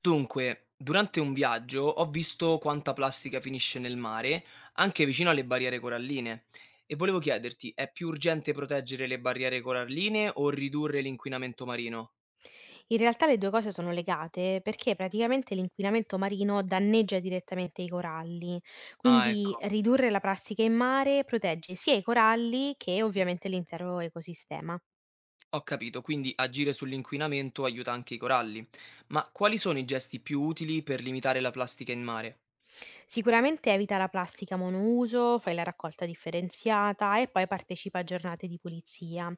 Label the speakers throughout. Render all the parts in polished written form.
Speaker 1: Dunque, durante un viaggio ho visto quanta plastica finisce nel mare, anche vicino alle barriere coralline. E volevo chiederti, è più urgente proteggere le barriere coralline o ridurre l'inquinamento marino?
Speaker 2: In realtà le 2 cose sono legate perché praticamente l'inquinamento marino danneggia direttamente i coralli,
Speaker 1: Ah,
Speaker 2: quindi
Speaker 1: ecco,
Speaker 2: ridurre la plastica in mare protegge sia i coralli che ovviamente l'intero ecosistema.
Speaker 1: ho capito, quindi agire sull'inquinamento aiuta anche i coralli. Ma quali sono i gesti più utili per limitare la plastica in mare?
Speaker 2: Sicuramente evita la plastica monouso, fai la raccolta differenziata e poi partecipa a giornate di pulizia.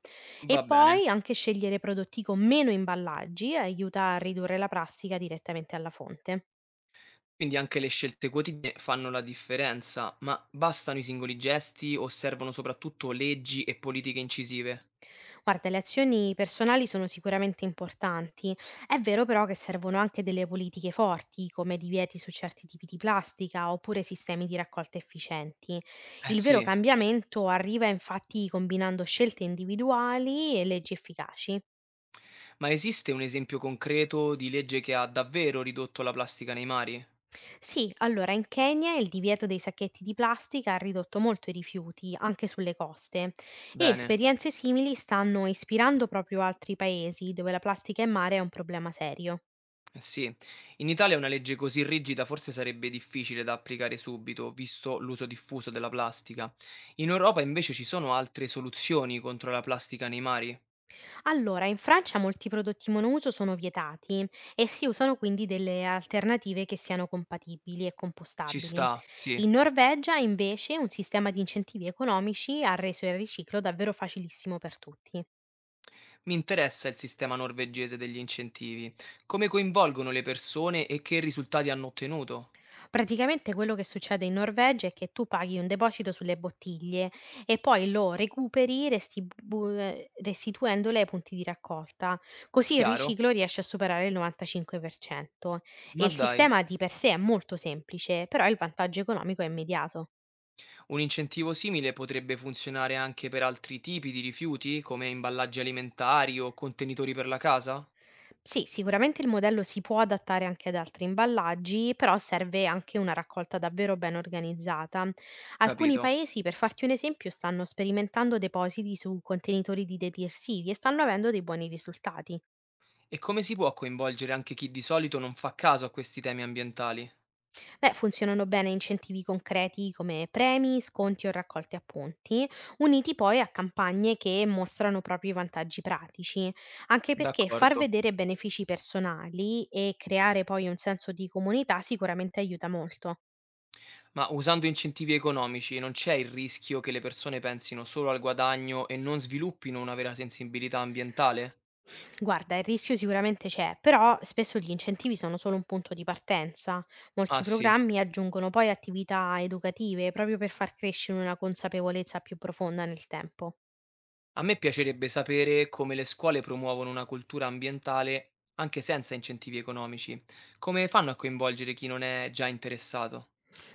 Speaker 1: Va
Speaker 2: E
Speaker 1: bene.
Speaker 2: poi anche scegliere prodotti con meno imballaggi aiuta a ridurre la plastica direttamente alla fonte.
Speaker 1: Quindi anche le scelte quotidiane fanno la differenza, ma bastano i singoli gesti o servono soprattutto leggi e politiche incisive?
Speaker 2: Guarda, le azioni personali sono sicuramente importanti. È vero però che servono anche delle politiche forti, come divieti su certi tipi di plastica oppure sistemi di raccolta efficienti.
Speaker 1: Eh
Speaker 2: Il vero
Speaker 1: sì.
Speaker 2: cambiamento arriva infatti combinando scelte individuali e leggi efficaci.
Speaker 1: Ma esiste un esempio concreto di legge che ha davvero ridotto la plastica nei mari?
Speaker 2: Sì, allora in Kenya il divieto dei sacchetti di plastica ha ridotto molto i rifiuti, anche sulle coste, e
Speaker 1: Bene,
Speaker 2: esperienze simili stanno ispirando proprio altri paesi dove la plastica in mare è un problema serio.
Speaker 1: eh sì. In Italia una legge così rigida forse sarebbe difficile da applicare subito, visto l'uso diffuso della plastica. In Europa invece ci sono altre soluzioni contro la plastica nei mari?
Speaker 2: Allora, in Francia molti prodotti monouso sono vietati e si usano quindi delle alternative che siano compatibili e
Speaker 1: Ci
Speaker 2: compostabili.
Speaker 1: sta, sì.
Speaker 2: In Norvegia, invece, un sistema di incentivi economici ha reso il riciclo davvero facilissimo per tutti.
Speaker 1: Mi interessa il sistema norvegese degli incentivi. Come coinvolgono le persone e che risultati hanno ottenuto?
Speaker 2: Praticamente quello che succede in Norvegia è che tu paghi un deposito sulle bottiglie e poi lo recuperi restituendole ai punti di raccolta. Così il
Speaker 1: Chiaro?
Speaker 2: riciclo riesce a superare il 95%. E
Speaker 1: Ma
Speaker 2: il
Speaker 1: dai.
Speaker 2: sistema di per sé è molto semplice, però il vantaggio economico è immediato.
Speaker 1: Un incentivo simile potrebbe funzionare anche per altri tipi di rifiuti, come imballaggi alimentari o contenitori per la casa?
Speaker 2: Sì, sicuramente il modello si può adattare anche ad altri imballaggi, però serve anche una raccolta davvero ben organizzata. Alcuni
Speaker 1: Capito.
Speaker 2: paesi, per farti un esempio, stanno sperimentando depositi su contenitori di detersivi e stanno avendo dei buoni risultati.
Speaker 1: E come si può coinvolgere anche chi di solito non fa caso a questi temi ambientali?
Speaker 2: Beh, funzionano bene incentivi concreti come premi, sconti o raccolte appunti, uniti poi a campagne che mostrano proprio i vantaggi pratici, anche perché far
Speaker 1: D'accordo.
Speaker 2: vedere benefici personali e creare poi un senso di comunità sicuramente aiuta molto.
Speaker 1: Ma usando incentivi economici non c'è il rischio che le persone pensino solo al guadagno e non sviluppino una vera sensibilità ambientale?
Speaker 2: Guarda, il rischio sicuramente c'è, però spesso gli incentivi sono solo un punto di partenza. Molti
Speaker 1: Ah sì.
Speaker 2: programmi aggiungono poi attività educative proprio per far crescere una consapevolezza più profonda nel tempo.
Speaker 1: A me piacerebbe sapere come le scuole promuovono una cultura ambientale anche senza incentivi economici. Come fanno a coinvolgere chi non è già interessato?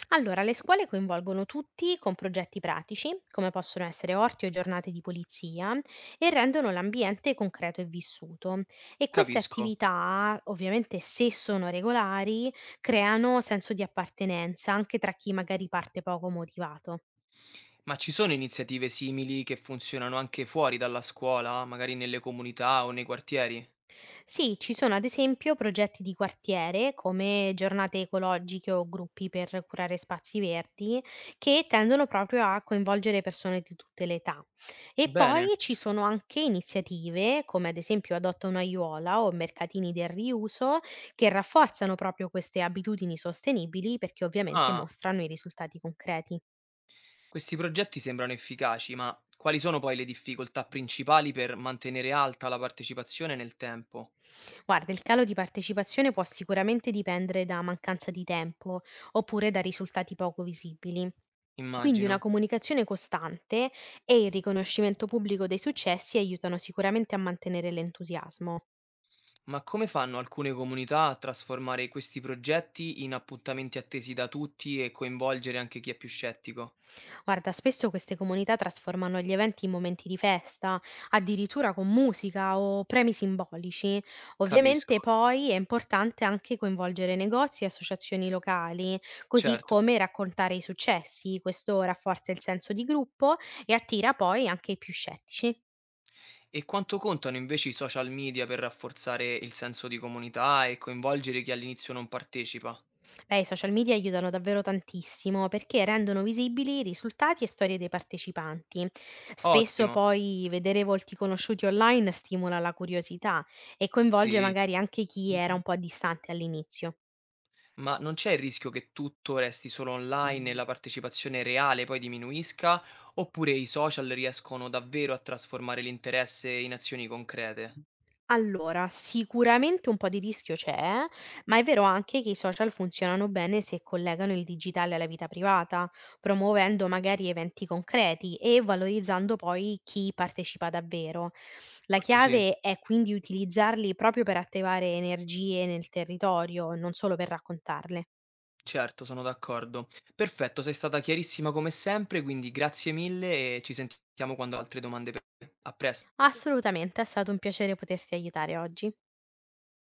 Speaker 2: Allora, le scuole coinvolgono tutti con progetti pratici, come possono essere orti o giornate di pulizia, e rendono l'ambiente concreto e vissuto. E queste
Speaker 1: Capisco.
Speaker 2: attività, ovviamente se sono regolari, creano senso di appartenenza anche tra chi magari parte poco motivato.
Speaker 1: Ma ci sono iniziative simili che funzionano anche fuori dalla scuola, magari nelle comunità o nei quartieri?
Speaker 2: Sì, ci sono ad esempio progetti di quartiere, come giornate ecologiche o gruppi per curare spazi verdi, che tendono proprio a coinvolgere persone di tutte le età. E
Speaker 1: Bene.
Speaker 2: poi ci sono anche iniziative, come ad esempio Adotta un'aiuola o mercatini del riuso, che rafforzano proprio queste abitudini sostenibili perché ovviamente
Speaker 1: Ah,
Speaker 2: mostrano i risultati concreti.
Speaker 1: questi progetti sembrano efficaci, ma quali sono poi le difficoltà principali per mantenere alta la partecipazione nel tempo?
Speaker 2: Guarda, il calo di partecipazione può sicuramente dipendere da mancanza di tempo oppure da risultati poco visibili. Quindi una
Speaker 1: Immagino.
Speaker 2: comunicazione costante e il riconoscimento pubblico dei successi aiutano sicuramente a mantenere l'entusiasmo.
Speaker 1: Ma come fanno alcune comunità a trasformare questi progetti in appuntamenti attesi da tutti e coinvolgere anche chi è più scettico?
Speaker 2: Guarda, spesso queste comunità trasformano gli eventi in momenti di festa, addirittura con musica o premi simbolici. Ovviamente
Speaker 1: Capisco,
Speaker 2: poi è importante anche coinvolgere negozi e associazioni locali, così
Speaker 1: certo.
Speaker 2: come raccontare i successi. Questo rafforza il senso di gruppo e attira poi anche i più scettici.
Speaker 1: E quanto contano invece i social media per rafforzare il senso di comunità e coinvolgere chi all'inizio non partecipa?
Speaker 2: Beh, i social media aiutano davvero tantissimo perché rendono visibili i risultati e storie dei partecipanti. Spesso
Speaker 1: Ottimo,
Speaker 2: poi vedere volti conosciuti online stimola la curiosità e coinvolge
Speaker 1: sì.
Speaker 2: magari anche chi era un po' distante all'inizio.
Speaker 1: Ma non c'è il rischio che tutto resti solo online e la partecipazione reale poi diminuisca, oppure i social riescono davvero a trasformare l'interesse in azioni concrete?
Speaker 2: Allora, sicuramente un po' di rischio c'è, ma è vero anche che i social funzionano bene se collegano il digitale alla vita privata, promuovendo magari eventi concreti e valorizzando poi chi partecipa davvero. La
Speaker 1: Molto sì.
Speaker 2: chiave è quindi utilizzarli proprio per attivare energie nel territorio, non solo per raccontarle.
Speaker 1: Certo, sono d'accordo. Perfetto, sei stata chiarissima come sempre, quindi grazie mille e ci sentiamo quando ho altre domande per te. A presto.
Speaker 2: Assolutamente, è stato un piacere poterti aiutare oggi.